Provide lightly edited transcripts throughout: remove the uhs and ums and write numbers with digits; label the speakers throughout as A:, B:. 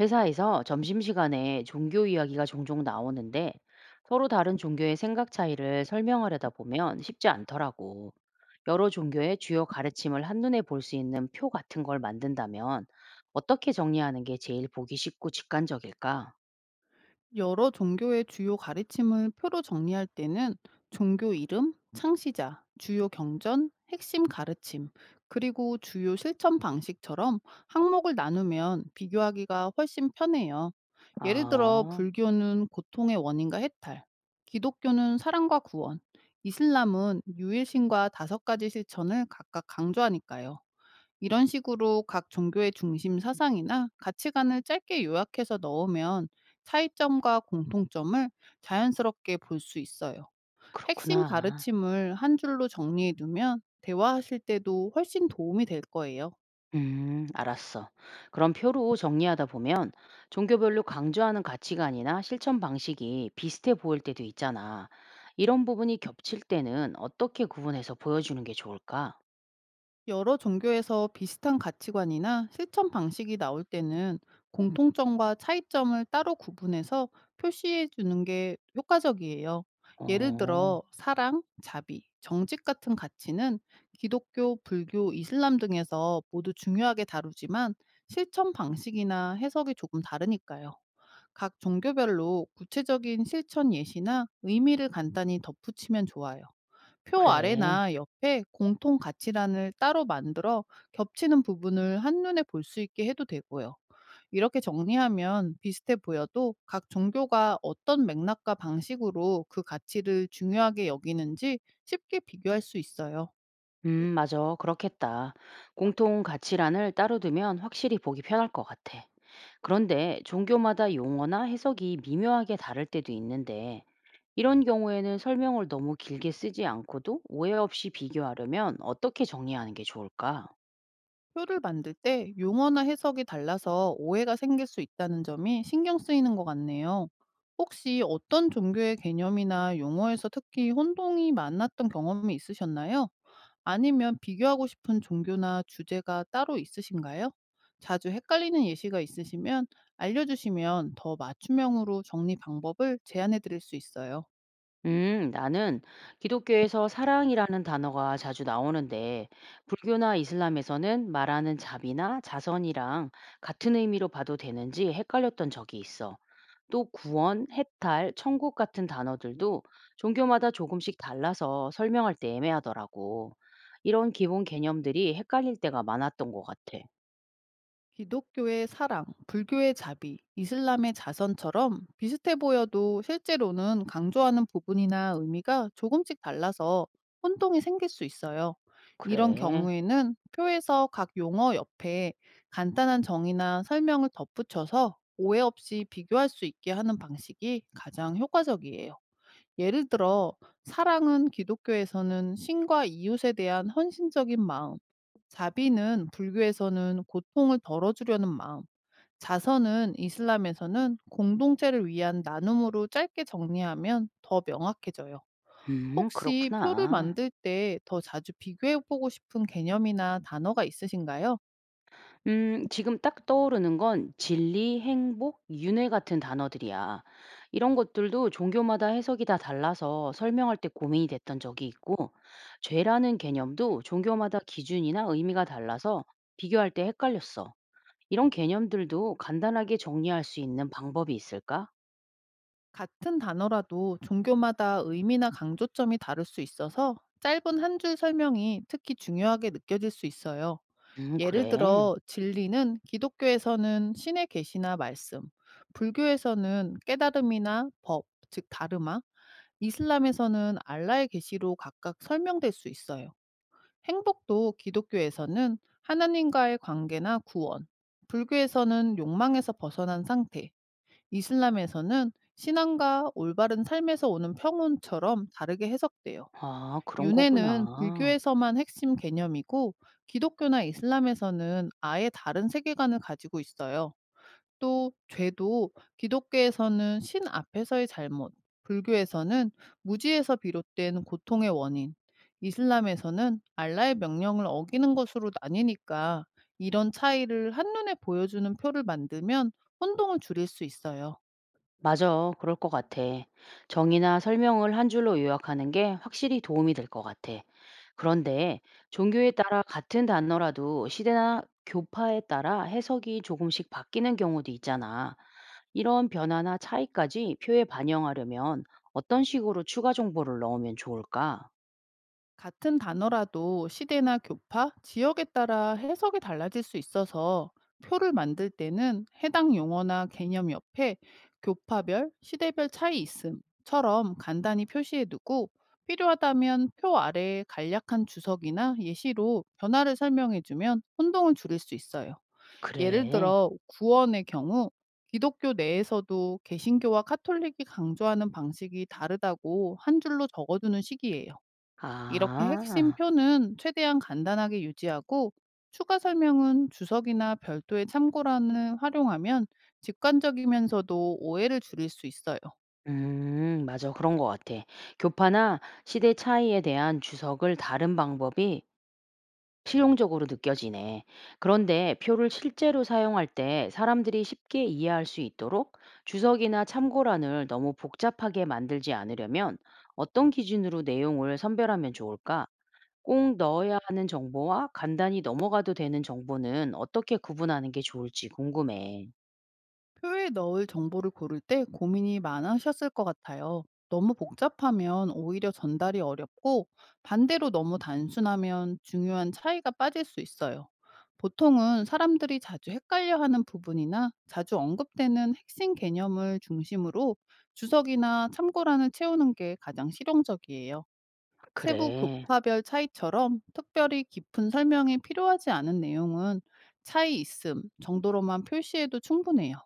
A: 회사에서 점심시간에 종교 이야기가 종종 나오는데 서로 다른 종교의 생각 차이를 설명하려다 보면 쉽지 않더라고. 여러 종교의 주요 가르침을 한눈에 볼 수 있는 표 같은 걸 만든다면 어떻게 정리하는 게 제일 보기 쉽고 직관적일까?
B: 여러 종교의 주요 가르침을 표로 정리할 때는 종교 이름, 창시자, 주요 경전, 핵심 가르침, 그리고 주요 실천 방식처럼 항목을 나누면 비교하기가 훨씬 편해요. 예를 들어,
A: 아,
B: 불교는 고통의 원인과 해탈, 기독교는 사랑과 구원, 이슬람은 유일신과 다섯 가지 실천을 각각 강조하니까요. 이런 식으로 각 종교의 중심 사상이나 가치관을 짧게 요약해서 넣으면 차이점과 공통점을 자연스럽게 볼 수 있어요. 핵심
A: 그렇구나.
B: 가르침을 한 줄로 정리해 두면 대화하실 때도 훨씬 도움이 될 거예요.
A: 알았어. 그럼 표로 정리하다 보면 종교별로 강조하는 가치관이나 실천 방식이 비슷해 보일 때도 있잖아. 이런 부분이 겹칠 때는 어떻게 구분해서 보여주는 게 좋을까?
B: 여러 종교에서 비슷한 가치관이나 실천 방식이 나올 때는 공통점과 차이점을 따로 구분해서 표시해 주는 게 효과적이에요. 예를
A: 어,
B: 들어, 사랑, 자비, 정직 같은 가치는 기독교, 불교, 이슬람 등에서 모두 중요하게 다루지만 실천 방식이나 해석이 조금 다르니까요. 각 종교별로 구체적인 실천 예시나 의미를 간단히 덧붙이면 좋아요. 표
A: 그래.
B: 아래나 옆에 공통 가치란을 따로 만들어 겹치는 부분을 한눈에 볼 수 있게 해도 되고요. 이렇게 정리하면 비슷해 보여도 각 종교가 어떤 맥락과 방식으로 그 가치를 중요하게 여기는지 쉽게 비교할 수 있어요.
A: 맞아. 그렇겠다. 공통 가치란을 따로 두면 확실히 보기 편할 것 같아. 그런데 종교마다 용어나 해석이 미묘하게 다를 때도 있는데, 이런 경우에는 설명을 너무 길게 쓰지 않고도 오해 없이 비교하려면 어떻게 정리하는 게 좋을까?
B: 표를 만들 때 용어나 해석이 달라서 오해가 생길 수 있다는 점이 신경 쓰이는 것 같네요. 혹시 어떤 종교의 개념이나 용어에서 특히 혼동이 많았던 경험이 있으셨나요? 아니면 비교하고 싶은 종교나 주제가 따로 있으신가요? 자주 헷갈리는 예시가 있으시면 알려주시면 더 맞춤형으로 정리 방법을 제안해 드릴 수 있어요.
A: 나는 기독교에서 사랑이라는 단어가 자주 나오는데, 불교나 이슬람에서는 말하는 자비나 자선이랑 같은 의미로 봐도 되는지 헷갈렸던 적이 있어. 또 구원, 해탈, 천국 같은 단어들도 종교마다 조금씩 달라서 설명할 때 애매하더라고. 이런 기본 개념들이 헷갈릴 때가 많았던 것 같아.
B: 기독교의 사랑, 불교의 자비, 이슬람의 자선처럼 비슷해 보여도 실제로는 강조하는 부분이나 의미가 조금씩 달라서 혼동이 생길 수 있어요. 이런
A: 그래.
B: 경우에는 표에서 각 용어 옆에 간단한 정의나 설명을 덧붙여서 오해 없이 비교할 수 있게 하는 방식이 가장 효과적이에요. 예를 들어, 사랑은 기독교에서는 신과 이웃에 대한 헌신적인 마음, 자비는 불교에서는 고통을 덜어주려는 마음, 자선은 이슬람에서는 공동체를 위한 나눔으로 짧게 정리하면 더 명확해져요. 혹시 표를
A: 그렇구나.
B: 만들 때 더 자주 비교해보고 싶은 개념이나 단어가 있으신가요?
A: 지금 딱 떠오르는 건 진리, 행복, 윤회 같은 단어들이야. 이런 것들도 종교마다 해석이 다 달라서 설명할 때 고민이 됐던 적이 있고, 죄라는 개념도 종교마다 기준이나 의미가 달라서 비교할 때 헷갈렸어. 이런 개념들도 간단하게 정리할 수 있는 방법이 있을까?
B: 같은 단어라도 종교마다 의미나 강조점이 다를 수 있어서 짧은 한 줄 설명이 특히 중요하게 느껴질 수 있어요. 예를
A: 그래.
B: 들어 진리는 기독교에서는 신의 계시나 말씀, 불교에서는 깨달음이나 법, 즉 다르마, 이슬람에서는 알라의 계시로 각각 설명될 수 있어요. 행복도 기독교에서는 하나님과의 관계나 구원, 불교에서는 욕망에서 벗어난 상태, 이슬람에서는 신앙과 올바른 삶에서 오는 평온처럼 다르게 해석돼요.
A: 아, 그런
B: 윤회는
A: 거구나.
B: 불교에서만 핵심 개념이고 기독교나 이슬람에서는 아예 다른 세계관을 가지고 있어요. 또 죄도 기독교에서는 신 앞에서의 잘못, 불교에서는 무지에서 비롯된 고통의 원인, 이슬람에서는 알라의 명령을 어기는 것으로 나뉘니까 이런 차이를 한눈에 보여주는 표를 만들면 혼동을 줄일 수 있어요.
A: 맞아. 그럴 것 같아. 정의나 설명을 한 줄로 요약하는 게 확실히 도움이 될 것 같아. 그런데 종교에 따라 같은 단어라도 시대나 교파에 따라 해석이 조금씩 바뀌는 경우도 있잖아. 이런 변화나 차이까지 표에 반영하려면 어떤 식으로 추가 정보를 넣으면 좋을까?
B: 같은 단어라도 시대나 교파, 지역에 따라 해석이 달라질 수 있어서 표를 만들 때는 해당 용어나 개념 옆에 교파별, 시대별 차이 있음처럼 간단히 표시해두고 필요하다면 표 아래에 간략한 주석이나 예시로 변화를 설명해주면 혼동을 줄일 수 있어요. 예를
A: 그래.
B: 들어 구원의 경우 기독교 내에서도 개신교와 카톨릭이 강조하는 방식이 다르다고 한 줄로 적어두는 식이에요. 이렇게 핵심
A: 아.
B: 표는 최대한 간단하게 유지하고 추가 설명은 주석이나 별도의 참고란을 활용하면 직관적이면서도 오해를 줄일 수 있어요.
A: 맞아. 그런 것 같아. 교파나 시대 차이에 대한 주석을 다른 방법이 실용적으로 느껴지네. 그런데 표를 실제로 사용할 때 사람들이 쉽게 이해할 수 있도록 주석이나 참고란을 너무 복잡하게 만들지 않으려면 어떤 기준으로 내용을 선별하면 좋을까? 꼭 넣어야 하는 정보와 간단히 넘어가도 되는 정보는 어떻게 구분하는 게 좋을지 궁금해.
B: 표에 넣을 정보를 고를 때 고민이 많으셨을 것 같아요. 너무 복잡하면 오히려 전달이 어렵고, 반대로 너무 단순하면 중요한 차이가 빠질 수 있어요. 보통은 사람들이 자주 헷갈려 하는 부분이나 자주 언급되는 핵심 개념을 중심으로 주석이나 참고란을 채우는 게 가장 실용적이에요. 세부
A: 그래,
B: 교파별 차이처럼 특별히 깊은 설명이 필요하지 않은 내용은 차이 있음 정도로만 표시해도 충분해요.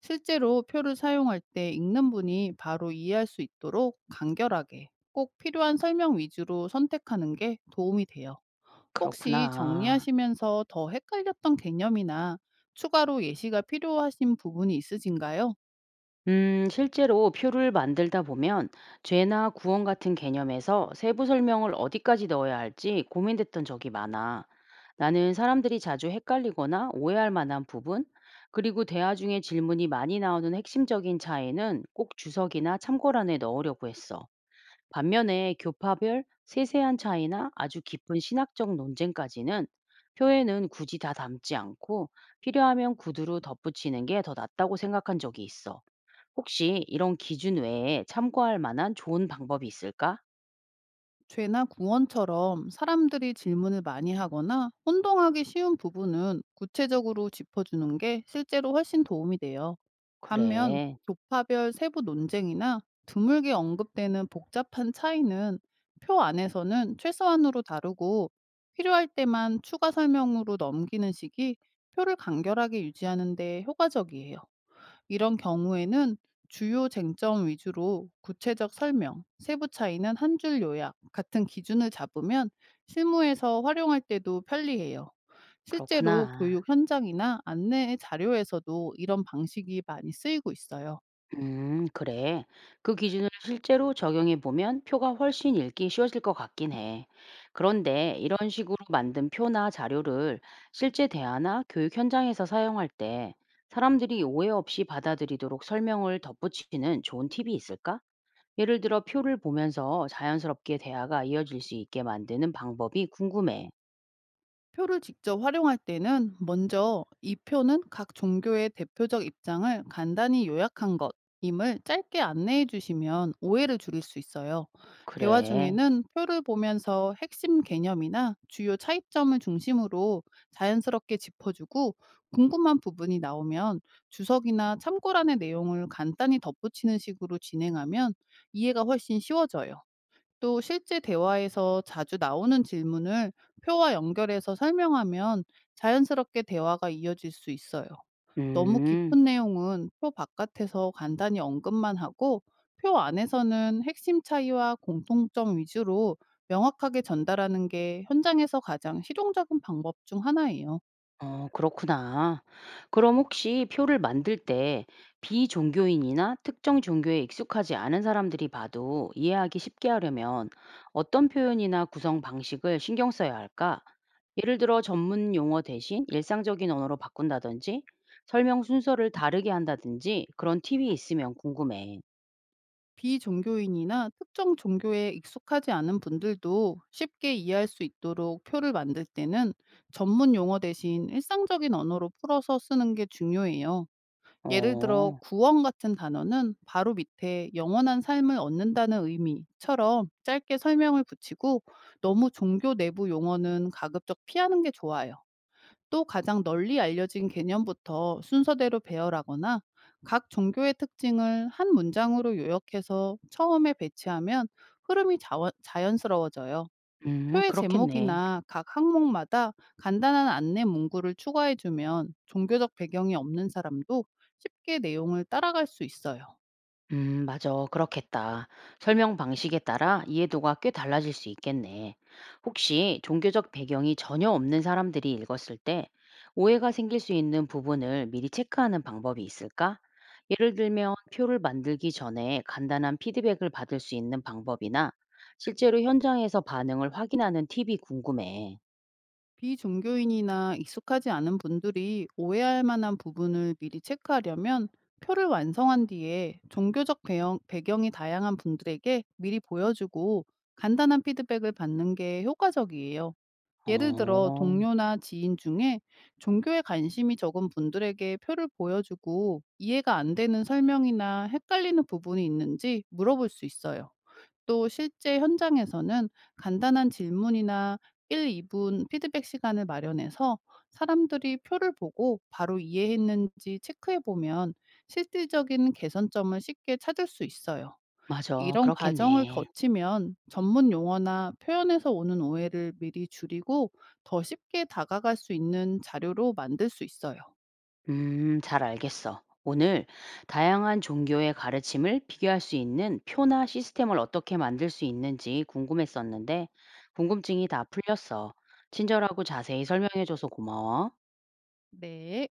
B: 실제로 표를 사용할 때 읽는 분이 바로 이해할 수 있도록 간결하게 꼭 필요한 설명 위주로 선택하는 게 도움이 돼요. 혹시
A: 그렇구나.
B: 정리하시면서 더 헷갈렸던 개념이나 추가로 예시가 필요하신 부분이 있으신가요?
A: 실제로 표를 만들다 보면 죄나 구원 같은 개념에서 세부 설명을 어디까지 넣어야 할지 고민됐던 적이 많아. 나는 사람들이 자주 헷갈리거나 오해할 만한 부분, 그리고 대화 중에 질문이 많이 나오는 핵심적인 차이는 꼭 주석이나 참고란에 넣으려고 했어. 반면에 교파별 세세한 차이나 아주 깊은 신학적 논쟁까지는 표에는 굳이 다 담지 않고 필요하면 구두로 덧붙이는 게 더 낫다고 생각한 적이 있어. 혹시 이런 기준 외에 참고할 만한 좋은 방법이 있을까?
B: 죄나 구원처럼 사람들이 질문을 많이 하거나 혼동하기 쉬운 부분은 구체적으로 짚어주는 게 실제로 훨씬 도움이 돼요. 반면
A: 그래,
B: 교파별 세부 논쟁이나 드물게 언급되는 복잡한 차이는 표 안에서는 최소한으로 다루고 필요할 때만 추가 설명으로 넘기는 식이 표를 간결하게 유지하는 데 효과적이에요. 이런 경우에는 주요 쟁점 위주로 구체적 설명, 세부 차이는 한 줄 요약 같은 기준을 잡으면 실무에서 활용할 때도 편리해요. 실제로
A: 그렇구나.
B: 교육 현장이나 안내 자료에서도 이런 방식이 많이 쓰이고 있어요.
A: 그래. 그 기준을 실제로 적용해 보면 표가 훨씬 읽기 쉬워질 것 같긴 해. 그런데 이런 식으로 만든 표나 자료를 실제 대화나 교육 현장에서 사용할 때 사람들이 오해 없이 받아들이도록 설명을 덧붙이는 좋은 팁이 있을까? 예를 들어 표를 보면서 자연스럽게 대화가 이어질 수 있게 만드는 방법이 궁금해.
B: 표를 직접 활용할 때는 먼저 이 표는 각 종교의 대표적 입장을 간단히 요약한 것임을 짧게 안내해 주시면 오해를 줄일 수 있어요. 대화
A: 그래.
B: 중에는 표를 보면서 핵심 개념이나 주요 차이점을 중심으로 자연스럽게 짚어주고, 궁금한 부분이 나오면 주석이나 참고란의 내용을 간단히 덧붙이는 식으로 진행하면 이해가 훨씬 쉬워져요. 또 실제 대화에서 자주 나오는 질문을 표와 연결해서 설명하면 자연스럽게 대화가 이어질 수 있어요. 너무
A: 음,
B: 깊은 내용은 표 바깥에서 간단히 언급만 하고 표 안에서는 핵심 차이와 공통점 위주로 명확하게 전달하는 게 현장에서 가장 실용적인 방법 중 하나예요.
A: 어, 그렇구나. 그럼 혹시 표를 만들 때 비종교인이나 특정 종교에 익숙하지 않은 사람들이 봐도 이해하기 쉽게 하려면 어떤 표현이나 구성 방식을 신경 써야 할까? 예를 들어 전문 용어 대신 일상적인 언어로 바꾼다든지 설명 순서를 다르게 한다든지 그런 팁이 있으면 궁금해.
B: 비종교인이나 특정 종교에 익숙하지 않은 분들도 쉽게 이해할 수 있도록 표를 만들 때는 전문 용어 대신 일상적인 언어로 풀어서 쓰는 게 중요해요. 예를 들어
A: 어,
B: 구원 같은 단어는 바로 밑에 영원한 삶을 얻는다는 의미처럼 짧게 설명을 붙이고, 너무 종교 내부 용어는 가급적 피하는 게 좋아요. 또 가장 널리 알려진 개념부터 순서대로 배열하거나 각 종교의 특징을 한 문장으로 요약해서 처음에 배치하면 흐름이 자연스러워져요. 표의
A: 그렇겠네.
B: 제목이나 각 항목마다 간단한 안내 문구를 추가해주면 종교적 배경이 없는 사람도 쉽게 내용을 따라갈 수 있어요.
A: 맞아. 그렇겠다. 설명 방식에 따라 이해도가 꽤 달라질 수 있겠네. 혹시 종교적 배경이 전혀 없는 사람들이 읽었을 때 오해가 생길 수 있는 부분을 미리 체크하는 방법이 있을까? 예를 들면 표를 만들기 전에 간단한 피드백을 받을 수 있는 방법이나 실제로 현장에서 반응을 확인하는 팁이 궁금해.
B: 비종교인이나 익숙하지 않은 분들이 오해할 만한 부분을 미리 체크하려면 표를 완성한 뒤에 종교적 배경, 배경이 다양한 분들에게 미리 보여주고 간단한 피드백을 받는 게 효과적이에요. 예를 들어
A: 어,
B: 동료나 지인 중에 종교에 관심이 적은 분들에게 표를 보여주고 이해가 안 되는 설명이나 헷갈리는 부분이 있는지 물어볼 수 있어요. 또 실제 현장에서는 간단한 질문이나 1, 2분 피드백 시간을 마련해서 사람들이 표를 보고 바로 이해했는지 체크해 보면 실질적인 개선점을 쉽게 찾을 수 있어요.
A: 맞아.
B: 이런 과정을
A: 그렇겠네.
B: 거치면 전문 용어나 표현에서 오는 오해를 미리 줄이고 더 쉽게 다가갈 수 있는 자료로 만들 수 있어요.
A: 잘 알겠어. 오늘 다양한 종교의 가르침을 비교할 수 있는 표나 시스템을 어떻게 만들 수 있는지 궁금했었는데, 궁금증이 다 풀렸어. 친절하고 자세히 설명해줘서 고마워.
B: 네.